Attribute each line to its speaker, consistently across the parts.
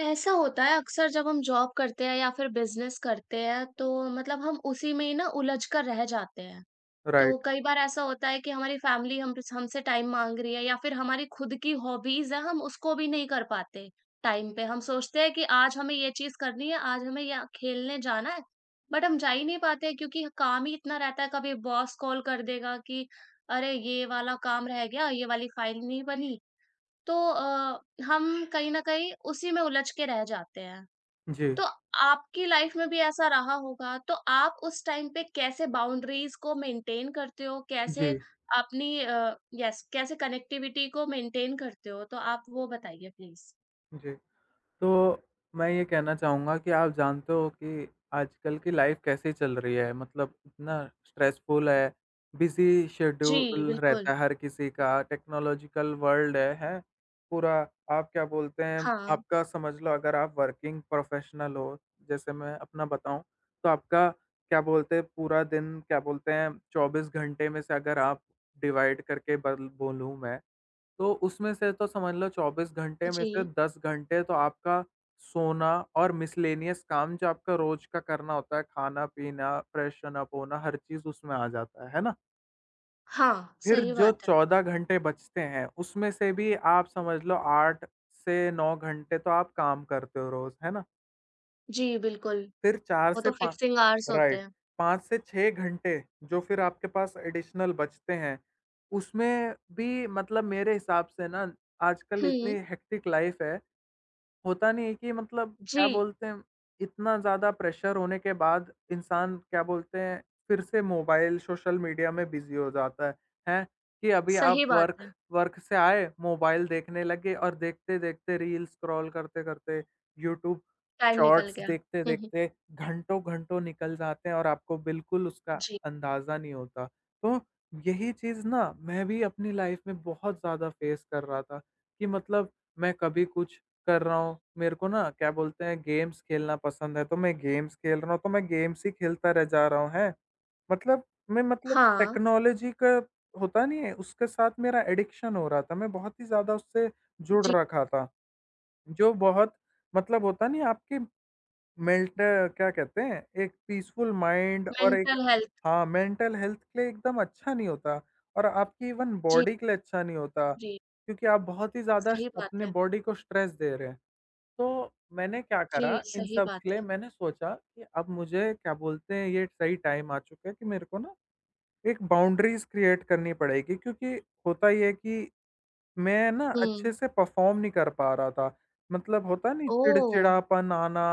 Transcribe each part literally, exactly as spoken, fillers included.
Speaker 1: ऐसा होता है अक्सर जब हम जॉब करते हैं या फिर बिजनेस करते हैं तो मतलब हम उसी में ही ना उलझ कर रह जाते हैं। तो
Speaker 2: राइट।
Speaker 1: कई बार ऐसा होता है कि हमारी फैमिली हम हमसे टाइम माँग रही है या फिर हमारी खुद की हॉबीज है हम उसको भी नहीं कर पाते टाइम पे। हम सोचते हैं कि आज हमें ये चीज़ करनी है, आज हमें या खेलने जाना है, बट हम जा ही नहीं पाते हैं क्योंकि काम ही इतना रहता है कभी बॉस कॉल कर देगा कि अरे ये वाला काम रह गया, ये वाली फाइल नहीं बनी तो अ, हम कहीं न कहीं उसी में उलझ के रह जाते हैं।
Speaker 2: जी,
Speaker 1: तो आपकी लाइफ़ में भी ऐसा रहा होगा, तो आप उस टाइम पे कैसे बाउंड्रीज़ को मेंटेन करते हो? कैसे
Speaker 2: जी,
Speaker 1: अपनी अ, यस कैसे कनेक्टिविटी को मेंटेन करते हो? तो आप वो बताइए प्लीज़।
Speaker 2: जी। तो मैं ये कहना चाहूँगा कि आप जानते हो कि आजकल की लाइफ़ कैसे चल रही है, मतलब इतना स्ट्रेसफुल है, बिज़ी
Speaker 1: जी,
Speaker 2: शेड्यूल
Speaker 1: बिल्कुल।
Speaker 2: रहता है हर किसी का, टेक्नोलॉजिकल वर्ल्ड है, हैं? पूरा आप क्या बोलते हैं,
Speaker 1: हाँ,
Speaker 2: आपका समझ लो अगर आप वर्किंग प्रोफ़ेशनल हो, जैसे मैं अपना बताऊँ, तो आपका क्या बोलते हैं, पूरा दिन क्या बोलते हैं, चौबीस घंटे में से अगर आप डिवाइड करके बल बोलूँ मैं तो उसमें से तो समझ लो चौबीस घंटे में से
Speaker 1: जी।
Speaker 2: दस घंटे तो आपका सोना और मिसलेनियस काम जो आपका रोज का करना होता है, खाना-पीना, फ्रेशन अप होना, हर चीज़ उसमें आ जाता है, है ना?
Speaker 1: हाँ,
Speaker 2: फिर
Speaker 1: सही
Speaker 2: जो
Speaker 1: बात है।
Speaker 2: चौदह घंटे बचते हैं, उसमें से भी आप समझ लो आठ से नौ घंटे तो आप काम करते हो रोज़, है ना?
Speaker 1: जी, बिल्कुल।
Speaker 2: फिर चार
Speaker 1: वो
Speaker 2: से
Speaker 1: तो
Speaker 2: पाँच,
Speaker 1: फिक्सिंग आवर्स होते
Speaker 2: राइट,
Speaker 1: हैं।
Speaker 2: पाँच से छह घंटे जो फिर आपके पास एडिशनल बचते हैं, उसमें भी मतलब मेरे हिसाब से ना आजकल
Speaker 1: हुँ,
Speaker 2: इतनी हेक्टिक लाइफ़ है, होता नहीं है कि मतलब
Speaker 1: जी,
Speaker 2: क्या बोलते हैं, इतना ज़्यादा प्रेशर होने के बाद इंसान क्या बोलते हैं, फिर से मोबाइल, सोशल मीडिया में बिज़ी हो जाता है, हैं? कि अभी आप
Speaker 1: सही बात
Speaker 2: वर्क
Speaker 1: है।
Speaker 2: वर्क से आए, मोबाइल देखने लगे और देखते-देखते रील स्क्रॉल करते-करते, यूट्यूब
Speaker 1: टाइम निकल
Speaker 2: शॉर्ट्स
Speaker 1: गया। हुँ, हुँ।
Speaker 2: देखते-देखते घंटों-घंटों निकल जाते हैं और आपको बिल्कुल उसका
Speaker 1: जी।
Speaker 2: अंदाज़ा नहीं होता। तो यही चीज़ ना मैं भी अपनी लाइफ़ में बहुत ज़्यादा फेस कर रहा था कि मतलब मैं कभी कुछ कर रहा हूँ। मेरे को ना क्या बोलते हैं गेम्स खेलना पसंद है, तो मैं गेम्स खेल रहा हूँ, तो मैं गेम्स ही खेलता रह जा रहा हूँ, हैं। मतलब मैं मतलब
Speaker 1: हाँ,
Speaker 2: टेक्नोलॉजी का होता नहीं है, उसके साथ मेरा एडिक्शन हो रहा था। मैं बहुत ही ज़्यादा उससे जुड़
Speaker 1: जी।
Speaker 2: रखा था, जो बहुत मतलब होता नहीं है आपकी मेल्ट क्या कहते हैं एक पीसफुल माइंड और एक,
Speaker 1: मेंटल हेल्थ।
Speaker 2: हाँ, मेंटल हेल्थ के लिए एकदम अच्छा नहीं होता और आपकी इवन
Speaker 1: जी,
Speaker 2: बॉडी के लिए अच्छा नहीं होता,
Speaker 1: जी,
Speaker 2: क्योंकि आप बहुत ही ज़्यादा स
Speaker 1: सही बात
Speaker 2: अपने
Speaker 1: है।
Speaker 2: बॉडी को स्ट्रेस दे रहे हैं। तो मैंने क्या
Speaker 1: जी,
Speaker 2: करा, इन
Speaker 1: सही
Speaker 2: सब के
Speaker 1: बात है।
Speaker 2: लिए मैंने सोचा कि अब मुझे क्या बोलते हैं ये सही टाइम आ चुका है कि मेरे को ना एक बाउंड्रीज क्रिएट करनी पड़ेगी, क्योंकि होता ये है कि मैं ना अच्छे
Speaker 1: हुँ।
Speaker 2: से परफॉर्म नहीं कर पा रहा था, मतलब होता नहीं
Speaker 1: ओह!
Speaker 2: चिड़चिड़ापन आना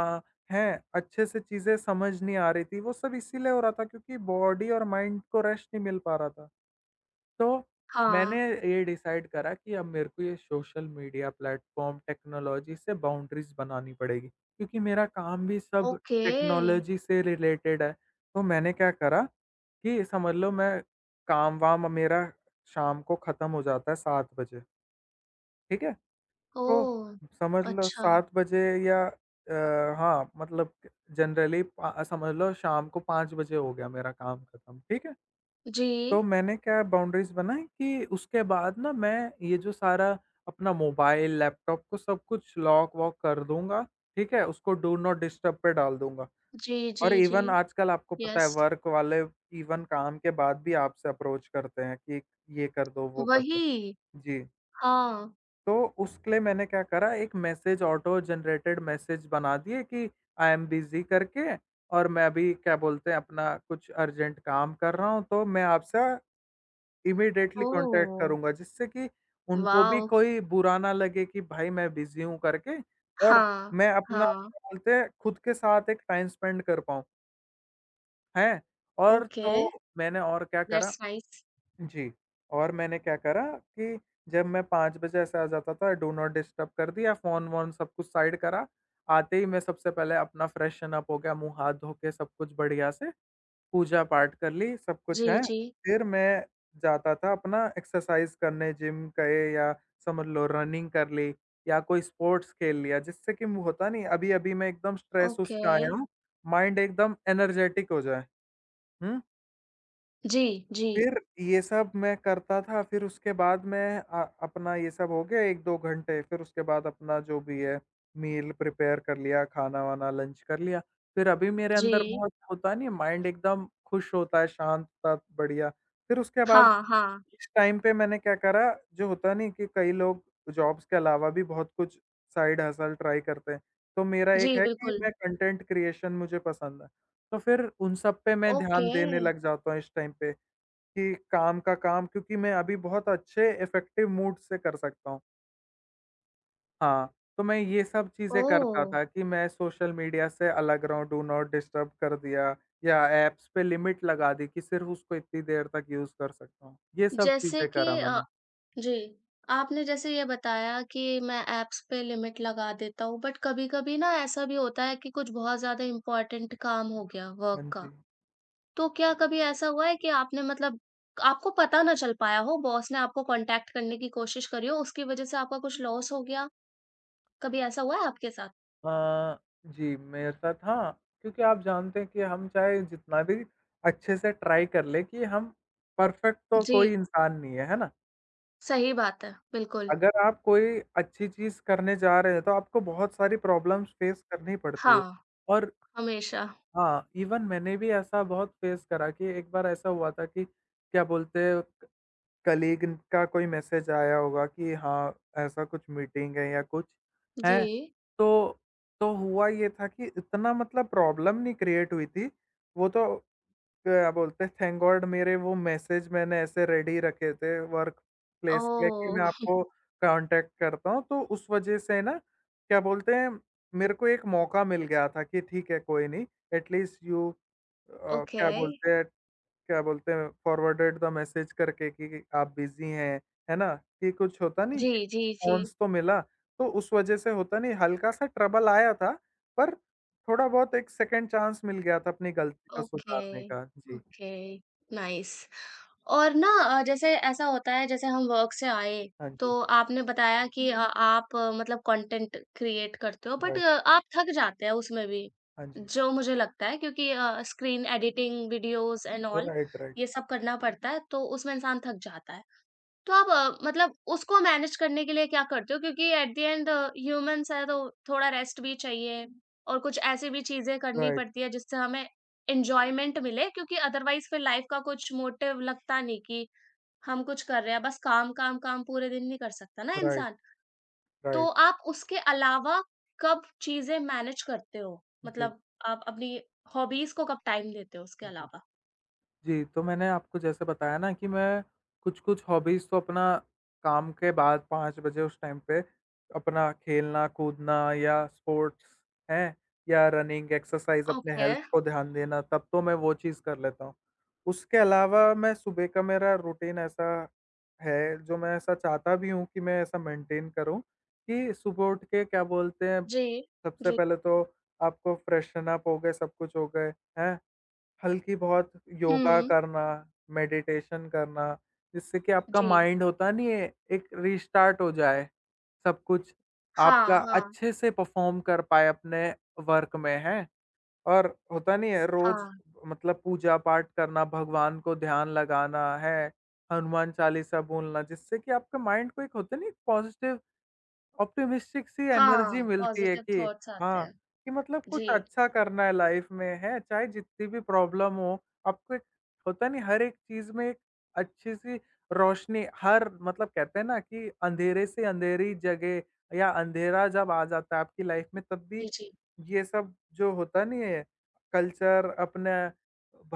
Speaker 2: है, अच्छे से चीजें समझ नहीं आ रही थी, वो सब इसीलिए हो रहा था क्योंकि बॉडी और माइंड को रेस्ट नहीं मिल पा रहा था। तो
Speaker 1: हाँ,
Speaker 2: मैंने ये डिसाइड करा कि अब मेरे को ये सोशल मीडिया प्लेटफ़ॉर्म, टेक्नोलॉजी से बाउंड्रीज़ बनानी पड़ेगी, क्योंकि मेरा काम भी सब
Speaker 1: ओके।
Speaker 2: टेक्नोलॉजी से रिलेटेड है। तो मैंने क्या करा कि समझ लो मैं काम-वाम मेरा शाम को ख़त्म हो जाता है सात बजे, ठीक है? तो
Speaker 1: ओह!
Speaker 2: समझ लो
Speaker 1: अच्छा।
Speaker 2: सात बजे या अ, हाँ, मतलब जनरली पा समझ लो शाम को पाँच बजे हो गया मेरा काम ख़त्म, ठीक है? तो
Speaker 1: जी,
Speaker 2: मैंने क्या बाउंड्रीज़ बनाई कि उसके बाद ना मैं ये जो सारा अपना मोबाइल, लैपटॉप को सब कुछ लॉक-वॉक कर दूँगा, ठीक है? उसको डू नॉट डिस्टर्ब पे डाल दूँगा।
Speaker 1: जी,
Speaker 2: और
Speaker 1: जी, जी।
Speaker 2: इवन आजकल आपको पता है
Speaker 1: यस,
Speaker 2: वर्क वाले इवन काम के बाद भी आपसे अप्रोच करते हैं कि ये कर दो, वो कर दो।
Speaker 1: वही।
Speaker 2: जी,
Speaker 1: हाँ।
Speaker 2: तो उसके लिए मैंने क्या करा, एक मैसेज ऑटो जनरेटेड मैसेज बना दिए कि आई एम बिज़ी करके, और मैं अभी क्या बोलते हैं अपना कुछ अर्जेंट काम कर रहा हूँ, तो मैं आपसे इमीडिएटली कॉन्टैक्ट
Speaker 1: ओह!
Speaker 2: करूँगा, जिससे कि उनको भी
Speaker 1: वॉव!
Speaker 2: कोई बुरा ना लगे कि भाई मैं बिज़ी हूँ करके, और
Speaker 1: हाँ,
Speaker 2: मैं अपना
Speaker 1: हाँ।
Speaker 2: क्या बोलते हैं खुद के साथ एक टाइम स्पेंड कर पाऊँ, हैं? और
Speaker 1: ओके,
Speaker 2: तो मैंने और क्या करा,
Speaker 1: दैट्स नाइस।
Speaker 2: जी, और मैंने क्या करा कि जब मैं पाँच बजे ऐसे आ जाता था डू नॉट डिस्टर्ब कर दिया, फ़ोन-वोन सब कुछ साइड करा, आते ही मैं सबसे पहले अपना फ्रेशन अप हो गया, मुँह हाथ धो के सब कुछ बढ़िया से पूजा-पाठ कर ली, सब
Speaker 1: जी,
Speaker 2: कुछ है।
Speaker 1: जी,
Speaker 2: फिर मैं जाता था अपना एक्सरसाइज़ करने जिम गए या समझ लो रनिंग कर ली या कोई स्पोर्ट्स खेल लिया, जिससे कि वो होता नहीं अभी-अभी मैं एकदम स्ट्रेस
Speaker 1: ओके।
Speaker 2: उससे आया हूँ, माइंड एकदम एनर्जेटिक हो जाए। हुँ?
Speaker 1: जी, जी,
Speaker 2: फिर ये सब मैं करता था, फिर उसके बाद मैं अ, अपना ये सब हो गया एक दो घंटे, फिर उसके बाद अपना जो भी है मील प्रिपेयर कर लिया, खाना-वाना लंच कर लिया। फिर अभी मेरे अंदर
Speaker 1: जी।
Speaker 2: बहुत होता नहीं है माइंड एकदम खुश होता है, शांत होता है, बढ़िया। फिर उसके बाद
Speaker 1: हाँ, हाँ।
Speaker 2: इस टाइम पे मैंने क्या करा, जो होता नहीं कि कई लोग जॉब्स के अलावा भी बहुत कुछ साइड हसल ट्राई करते हैं। तो मेरा एक
Speaker 1: जी,
Speaker 2: है कि
Speaker 1: बिल्कुल।
Speaker 2: मैं कंटेंट क्रिएशन मुझे पसंद है, तो फिर उन सब पे मैं
Speaker 1: ओके,
Speaker 2: ध्यान देने लग जाता हूँ इस टाइम पे। कि काम का काम क्योंकि मैं अभी बहुत अच्छे इफ़ेक्टिव मूड से कर सकता हूँ। हाँ, तो मैं ये सब चीज़ें
Speaker 1: ओह!
Speaker 2: करता था कि मैं सोशल मीडिया से अलग रहूँ, डू नॉट डिस्टर्ब कर दिया या ऐप्स पे लिमिट लगा दी कि सिर्फ़ उसको इतनी देर तक यूज़ कर सकता हूँ। ये सब
Speaker 1: जैसे
Speaker 2: चीज़ें
Speaker 1: कि
Speaker 2: करा
Speaker 1: अ,
Speaker 2: मैंने।
Speaker 1: जी, आपने जैसे ये बताया कि मैं ऐप्स पे लिमिट लगा देता हूँ, बट कभी-कभी ना ऐसा भी होता है कि कुछ बहुत ज़्यादा इम्पोर्टेंट काम हो गया वर्क
Speaker 2: हाँ
Speaker 1: का।
Speaker 2: जी।
Speaker 1: तो क्या कभी ऐसा हुआ है कि आपने मतलब आपको पता ना चल पाया हो, बॉस ने आपको कॉन्टैक्ट करने की कोशिश करी हो, उसकी वजह से आपका कुछ लॉस हो गया? कभी ऐसा हुआ है आपके साथ?
Speaker 2: अ, जी, मेरे साथ हाँ, क्योंकि आप जानते हैं कि हम चाहे जितना भी अच्छे से ट्राई कर लें कि हम परफ़ेक्ट तो
Speaker 1: जी,
Speaker 2: कोई इंसान नहीं है, है ना?
Speaker 1: सही बात है, बिल्कुल।
Speaker 2: अगर आप कोई अच्छी चीज़ करने जा रहे हैं, तो आपको बहुत सारी प्रॉब्लम्स फेस करनी पड़ती है।
Speaker 1: हाँ,
Speaker 2: और
Speaker 1: हमेशा।
Speaker 2: हाँ, इवन मैंने भी ऐसा बहुत फेस करा कि एक बार ऐसा हुआ था कि क्या बोलते हैं, कलीग का कोई मैसेज आया होगा कि हाँ, ऐसा कुछ मीटिंग है या कुछ
Speaker 1: जी।
Speaker 2: है। तो तो हुआ ये था कि इतना मतलब प्रॉब्लम नहीं क्रिएट हुई थी, वो तो क्या बोलते हैं थैंक गॉड मेरे वो मैसेज मैंने ऐसे रेडी रखे थे वर्क प्लेस के कि मैं
Speaker 1: ओह!
Speaker 2: आपको कांटेक्ट करता हूँ, तो उस वजह से ना क्या बोलते हैं मेरे को एक मौका मिल गया था कि ठीक है कोई नहीं, एटलीस्ट यू
Speaker 1: ओके।
Speaker 2: क्या बोलते हैं क्या बोलते हैं फॉरवर्डेड द मैसेज करके कि आप बिजी हैं, है ना, कि कुछ होता नहीं
Speaker 1: जी, जी, जी।
Speaker 2: रिस्पॉन्स तो मिला। तो उस वजह से होता नहीं हल्का सा ट्रबल आया था, पर थोड़ा बहुत एक सेकंड चांस मिल गया था अपनी गलती को सुधारने
Speaker 1: ओके,
Speaker 2: का। जी,
Speaker 1: ओके, नाइस। और ना अ, जैसे ऐसा होता है जैसे हम वर्क से आए,
Speaker 2: हाँ जी,
Speaker 1: तो आपने बताया कि अ, हुँ। आप अ, मतलब कंटेंट क्रिएट करते हो बट
Speaker 2: राइट,
Speaker 1: आप थक जाते हैं उसमें भी,
Speaker 2: हाँ जी,
Speaker 1: जो मुझे लगता है क्योंकि uh, screen editing, videos and all
Speaker 2: right, right,
Speaker 1: ये सब करना पड़ता है, तो उसमें इंसान थक जाता है। तो आप अ, मतलब उसको मैनेज करने के लिए क्या करते हो? क्योंकि एट द एंड ह्यूमन्स हैं तो थोड़ा रेस्ट भी चाहिए और कुछ ऐसी भी चीज़ें करनी
Speaker 2: राइट,
Speaker 1: पड़ती है जिससे हमें एन्जॉयमेंट मिले क्योंकि अदरवाइज़ फिर लाइफ़ का कुछ मोटिव लगता नहीं कि हम कुछ कर रहे हैं, बस काम, काम, काम पूरे दिन नहीं कर सकता ना
Speaker 2: राइट,
Speaker 1: इंसान। तो
Speaker 2: राइट,
Speaker 1: आप उसके अलावा कब चीज़ें मैनेज करते हो?
Speaker 2: जी,
Speaker 1: मतलब आप अपनी हॉबीज़ को कब टाइम देते हो उसके
Speaker 2: जी।
Speaker 1: अलावा?
Speaker 2: जी, तो मैंने आपको जैसे बताया ना कि मैं कुछ-कुछ हॉबीज़ तो अपना काम के बाद पाँच बजे उस टाइम पे अपना खेलना, कूदना या स्पोर्ट्स, हैं, या रनिंग, एक्सरसाइज़, अपने
Speaker 1: ओके।
Speaker 2: हेल्थ को ध्यान देना, तब तो मैं वो चीज़ कर लेता हूँ। उसके अलावा मैं सुबह का मेरा रूटीन ऐसा है, जो मैं ऐसा चाहता भी हूँ कि मैं ऐसा मेंटेन करूँ कि सुबह उठ के क्या बोलते हैं,
Speaker 1: जी,
Speaker 2: सबसे
Speaker 1: जी।
Speaker 2: पहले तो आपको फ्रेशन अप हो गए, सब कुछ हो गए, हैं? हल्की बहुत योगा
Speaker 1: हुँ।
Speaker 2: करना, मेडिटेशन करना, जिससे कि आपका
Speaker 1: जी।
Speaker 2: माइंड होता नहीं है, एक रिस्टार्ट हो जाए सब कुछ। आपका
Speaker 1: हाँ, हाँ,
Speaker 2: अच्छे से परफ़ॉर्म कर पाए अपने वर्क में, हैं? और होता नहीं है रोज़
Speaker 1: हाँ।
Speaker 2: मतलब पूजा-पाठ करना, भगवान को ध्यान लगाना है, हनुमान चालीसा बोलना, जिससे कि आपका माइंड को एक होता नहीं है पॉज़िटिव ऑप्टिमिस्टिक सी एनर्जी
Speaker 1: हाँ,
Speaker 2: मिलती है
Speaker 1: पॉज़िटिव
Speaker 2: कि
Speaker 1: थॉट्स आते
Speaker 2: हाँ,
Speaker 1: हैं।
Speaker 2: कि मतलब कुछ
Speaker 1: जी,
Speaker 2: अच्छा करना है लाइफ में, हैं? चाहे जितनी भी प्रॉब्लम हो, आपको एक होता नहीं हर एक चीज़ में एक अच्छी-सी रोशनी, हर मतलब कहते हैं ना कि अंधेरे से अंधेरी जगह या अंधेरा जब आ जाता है आपकी लाइफ में तब
Speaker 1: जी,
Speaker 2: भी
Speaker 1: जी।
Speaker 2: ये सब जो होता नहीं है कल्चर अपने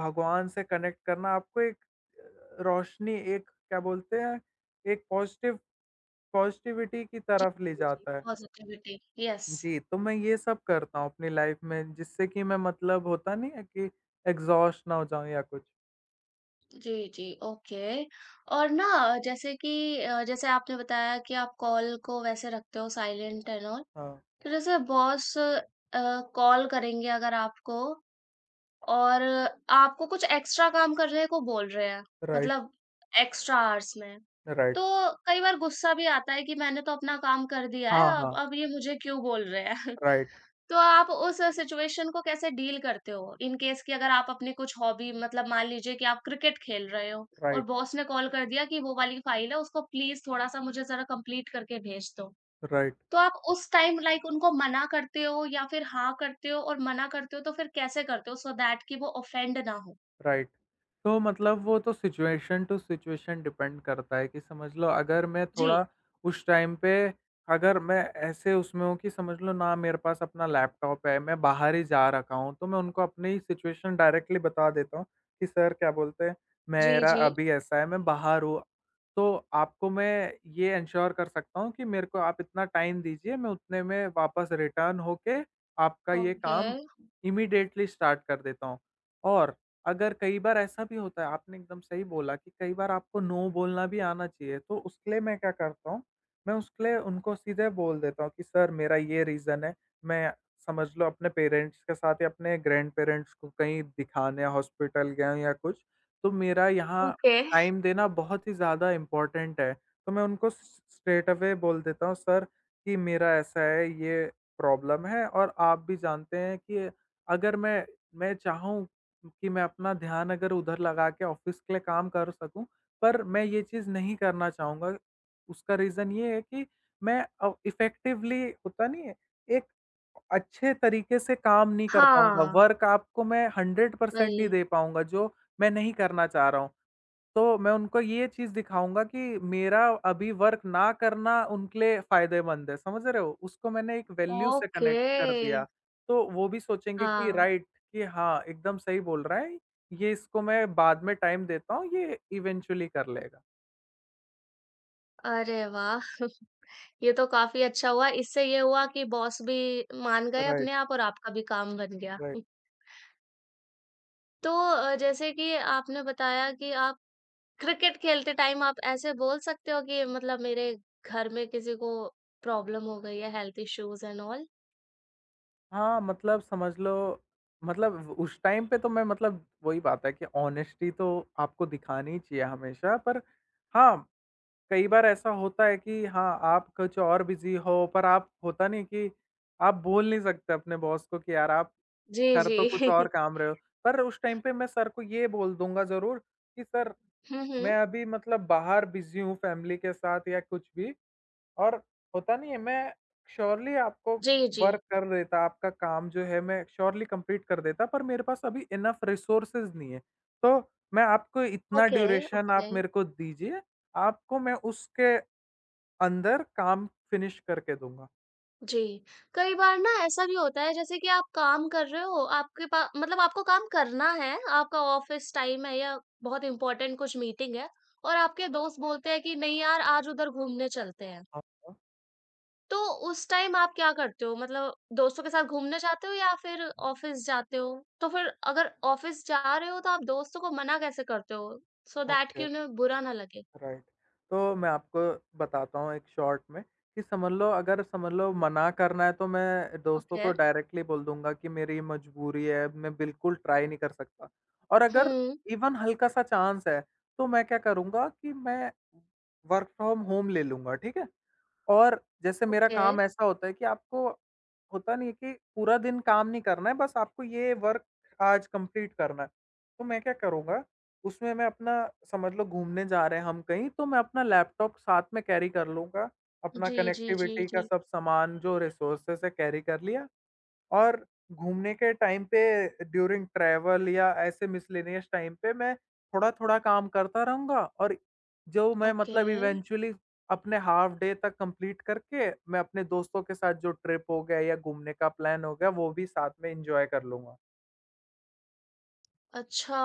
Speaker 2: भगवान से कनेक्ट करना आपको एक अ, रोशनी एक क्या बोलते हैं, एक पॉज़िटिव पॉजिटिविटी की
Speaker 1: जी,
Speaker 2: तरफ ले
Speaker 1: जी, जी,
Speaker 2: जाता है।
Speaker 1: Positivity yes.
Speaker 2: जी, तो मैं ये सब करता हूँ अपनी लाइफ़ में, जिससे कि मैं मतलब होता नहीं है कि एग्ज़ॉस्ट ना हो जाऊँ या कुछ।
Speaker 1: जी, जी, ओके। और ना जैसे कि अ, जैसे आपने बताया कि आप कॉल को वैसे रखते हो साइलेंट एंड ऑल,
Speaker 2: हाँ,
Speaker 1: तो जैसे बॉस अ, कॉल करेंगे अगर आपको और आपको कुछ एक्स्ट्रा काम करने को बोल रहे हैं,
Speaker 2: राइट,
Speaker 1: मतलब एक्स्ट्रा आवर्स में, तो
Speaker 2: राइट।
Speaker 1: कई बार गुस्सा भी आता है कि मैंने तो अपना काम कर दिया है,
Speaker 2: हाँ,
Speaker 1: अब
Speaker 2: हाँ।
Speaker 1: अब ये मुझे क्यों बोल रहे हैं?
Speaker 2: राइट,
Speaker 1: तो आप उस सिचुएशन को कैसे डील करते हो? इन केस कि अगर आप अपनी कुछ हॉबी मतलब मान लीजिए कि आप क्रिकेट खेल रहे हो और
Speaker 2: राइट,
Speaker 1: बॉस ने कॉल कर दिया कि वो वाली फाइल है उसको प्लीज थोड़ा-सा मुझे ज़रा कंप्लीट करके भेज दो।
Speaker 2: राइट,
Speaker 1: तो आप उस टाइम लाइक उनको मना करते हो या फिर हाँ करते हो और मना करते हो तो फिर कैसे करते हो सो दैट कि वो ऑफेंड ना हो?
Speaker 2: राइट। तो मतलब वो तो सिचुएशन टू सिचुएशन डिपेंड करता है कि समझ लो अगर मैं
Speaker 1: जी।
Speaker 2: थोड़ा उस टाइम पे अगर मैं ऐसे उसमें हूँ कि समझ लो ना मेरे पास अपना लैपटॉप है, मैं बाहर ही जा रखा हूँ, तो मैं उनको अपनी सिचुएशन डायरेक्टली बता देता हूँ कि सर क्या बोलते हैं,
Speaker 1: जी,
Speaker 2: मेरा
Speaker 1: जी।
Speaker 2: अभी ऐसा है, मैं बाहर हूँ। तो आपको मैं ये एंश्योर कर सकता हूँ कि मेरे को आप इतना टाइम दीजिए, मैं उतने में वापस रिटर्न होके आपका ये
Speaker 1: ओके।
Speaker 2: काम इमीडिएटली स्टार्ट कर देता हूँ। और अगर कई बार ऐसा भी होता है, आपने एकदम सही बोला कि कई बार आपको नो बोलना भी आना चाहिए, तो उसके लिए मैं क्या करता हूँ, मैं उसके लिए उनको सीधे बोल देता हूँ कि सर मेरा ये रीज़न है, मैं समझ लो अपने पेरेंट्स के साथ या अपने ग्रैंड-पेरेंट्स को कहीं दिखाने हॉस्पिटल गया हूँ या कुछ, तो मेरा यहाँ
Speaker 1: ओके,
Speaker 2: टाइम देना बहुत ही ज़्यादा इम्पोर्टेंट है। तो मैं उनको स स्ट्रेट अवे बोल देता हूँ, सर कि मेरा ऐसा है, ये प्रॉब्लम है और आप भी जानते हैं कि अगर मैं मैं चाहूँ कि मैं अपना ध्यान अगर उधर लगा के ऑफ़िस के लिए काम कर सकूँ, पर मैं ये चीज़ नहीं करना चाहूँगा। उसका रीज़न ये है कि मैं अ, इफ़ेक्टिवली होता नहीं है, एक अच्छे तरीके से काम नहीं कर पाऊँगा।
Speaker 1: हाँ।
Speaker 2: वर्क आपको मैं हंड्रेड परसेंट
Speaker 1: वही।
Speaker 2: नहीं दे पाऊँगा, जो मैं नहीं करना चाह रहा हूँ। तो मैं उनको ये चीज़ दिखाऊँगा कि मेरा अभी वर्क ना करना उनके लिए फ़ायदेमंद है, समझ रहे हो? उसको मैंने एक वैल्यू से
Speaker 1: ओके,
Speaker 2: कनेक्ट कर दिया, तो वो भी सोचेंगे कि
Speaker 1: हाँ।
Speaker 2: राइट, कि हाँ, एकदम सही बोल रहा है, ये इसको मैं बाद में टाइम देता हूँ, ये इवेंचुअली कर लेगा।
Speaker 1: अरे वाह! ये तो काफ़ी अच्छा हुआ, इससे ये हुआ कि बॉस भी मान गए
Speaker 2: राइट,
Speaker 1: अपने आप और आपका भी काम बन गया।
Speaker 2: राइट।
Speaker 1: तो अ, जैसे कि आपने बताया कि आप क्रिकेट खेलते टाइम आप ऐसे बोल सकते हो कि मतलब मेरे घर में किसी को प्रॉब्लम हो गई है, हेल्थ इश्यूज़ एंड ऑल?
Speaker 2: हाँ, मतलब समझ लो मतलब व- उस टाइम पे तो मैं मतलब वही बात है कि ऑनेस्टी तो आपको दिखानी ही चाहिए हमेशा पर, हाँ, कई बार ऐसा होता है कि हाँ, आप कुछ और बिज़ी हो पर आप होता नहीं कि आप बोल नहीं सकते अपने बॉस को कि यार आप
Speaker 1: जी,
Speaker 2: कर तो कुछ
Speaker 1: जी।
Speaker 2: और काम रहे हो। पर उस टाइम पे मैं सर को ये बोल दूँगा ज़रूर कि सर
Speaker 1: हुँ,
Speaker 2: मैं
Speaker 1: हुँ।
Speaker 2: अभी मतलब बाहर बिज़ी हूँ फैमिली के साथ या कुछ भी और होता नहीं है मैं श्योरली आपको
Speaker 1: जी, जी।
Speaker 2: वर्क कर देता, आपका काम जो है मैं श्योरली कंप्लीट कर देता पर मेरे पास अभी इनफ रिसोर्सेज़ नहीं है। तो मैं आपको इतना
Speaker 1: ओके,
Speaker 2: ड्यूरेशन
Speaker 1: ओके।
Speaker 2: आप मेरे को दीजिए, आपको मैं उसके अंदर काम फिनिश करके दूँगा।
Speaker 1: जी, कई बार ना ऐसा भी होता है जैसे कि आप काम कर रहे हो, आपके पा मतलब आपको काम करना है, आपका ऑफ़िस टाइम है या बहुत इम्पोर्टेंट कुछ मीटिंग है और आपके दोस्त बोलते हैं कि नहीं यार आज उधर घूमने चलते हैं।
Speaker 2: हाँ, हाँ।
Speaker 1: तो उस टाइम आप क्या करते हो? मतलब दोस्तों के साथ घूमने जाते हो या फिर ऑफ़िस जाते हो? तो फिर अगर ऑफ़िस जा रहे हो तो आप दोस्तों को मना कैसे करते हो? सो दैट कि
Speaker 2: ओके,
Speaker 1: उन्हें बुरा ना लगे?
Speaker 2: राइट। तो मैं आपको बताता हूँ एक शॉर्ट में कि समझ लो अगर समझ लो मना करना है तो मैं दोस्तों
Speaker 1: ओके।
Speaker 2: को डायरेक्टली बोल दूँगा कि मेरी मजबूरी है, मैं बिल्कुल ट्राई नहीं कर सकता। और अगर
Speaker 1: हुँ,
Speaker 2: इवन हल्का-सा चांस है, तो मैं क्या करूँगा कि मैं वर्क फ्रॉम होम ले लूँगा, ठीक है? और जैसे मेरा
Speaker 1: ओके।
Speaker 2: काम ऐसा होता है कि आपको होता नहीं है कि पूरा दिन काम नहीं करना है, बस आपको ये वर्क आज कंप्लीट करना है। तो मैं क्या करूँगा, उसमें मैं अपना समझ लो घूमने जा रहे हैं हम कहीं, तो मैं अपना लैपटॉप साथ में कैरी कर लूँगा, अपना
Speaker 1: जी, जी, जी,
Speaker 2: कनेक्टिविटी
Speaker 1: जी।
Speaker 2: का सब सामान जो रिसोर्सेज़ है कैरी कर लिया और घूमने के टाइम पे ड्यूरिंग ट्रैवल या ऐसे मिसलेनियस टाइम पे मैं थोड़ा-थोड़ा काम करता रहूँगा और जो मैं
Speaker 1: ओके।
Speaker 2: मतलब इवेंचुअली अपने हाफ डे तक कंप्लीट करके, मैं अपने दोस्तों के साथ जो ट्रिप हो गया या घूमने का प्लान हो गया, वो भी साथ में एन्जॉय कर लूँगा।
Speaker 1: अच्छा,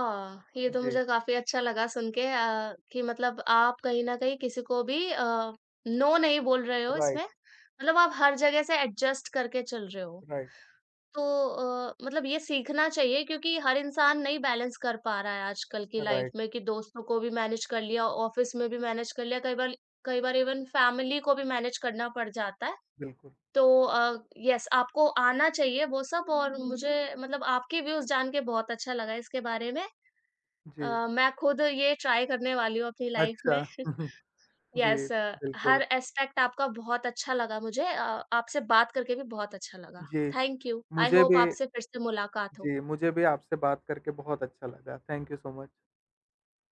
Speaker 1: ये तो
Speaker 2: जी,
Speaker 1: मुझे काफ़ी अच्छा लगा सुन के अ, कि मतलब आप कहीं न कहीं किसी को भी अ, नो नहीं बोल रहे हो इसमें।
Speaker 2: राइट,
Speaker 1: मतलब आप हर जगह से एडजस्ट करके चल रहे हो।
Speaker 2: राइट,
Speaker 1: तो अ, मतलब ये सीखना चाहिए क्योंकि हर इंसान नहीं बैलेंस कर पा रहा है आजकल की
Speaker 2: राइट,
Speaker 1: लाइफ़ में कि दोस्तों को भी मैनेज कर लिया, ऑफ़िस में भी मैनेज कर लिया, कई बार कई बार इवन फ़ैमिली को भी मैनेज करना पड़ जाता है।
Speaker 2: बिल्कुल।
Speaker 1: तो अ, येस आपको आना चाहिए वो सब और हम्म। मुझे मतलब आपके व्यूज़ जान के बहुत अच्छा लगा इसके बारे में।
Speaker 2: जी,
Speaker 1: अ, मैं खुद ये ट्राई करने वाली हूँ अपनी लाइफ
Speaker 2: अच्छा।
Speaker 1: में।
Speaker 2: जी,
Speaker 1: यस, हर
Speaker 2: बिल्कुल।
Speaker 1: एस्पेक्ट आपका बहुत अच्छा लगा मुझे अ, आपसे बात करके भी बहुत अच्छा लगा।
Speaker 2: जी,
Speaker 1: थैंक यू। आई
Speaker 2: मुझे
Speaker 1: होप
Speaker 2: भी,
Speaker 1: आपसे फिर से मुलाकात हो।
Speaker 2: जी, मुझे भी आपसे बात करके बहुत अच्छा लगा। Thank you so much.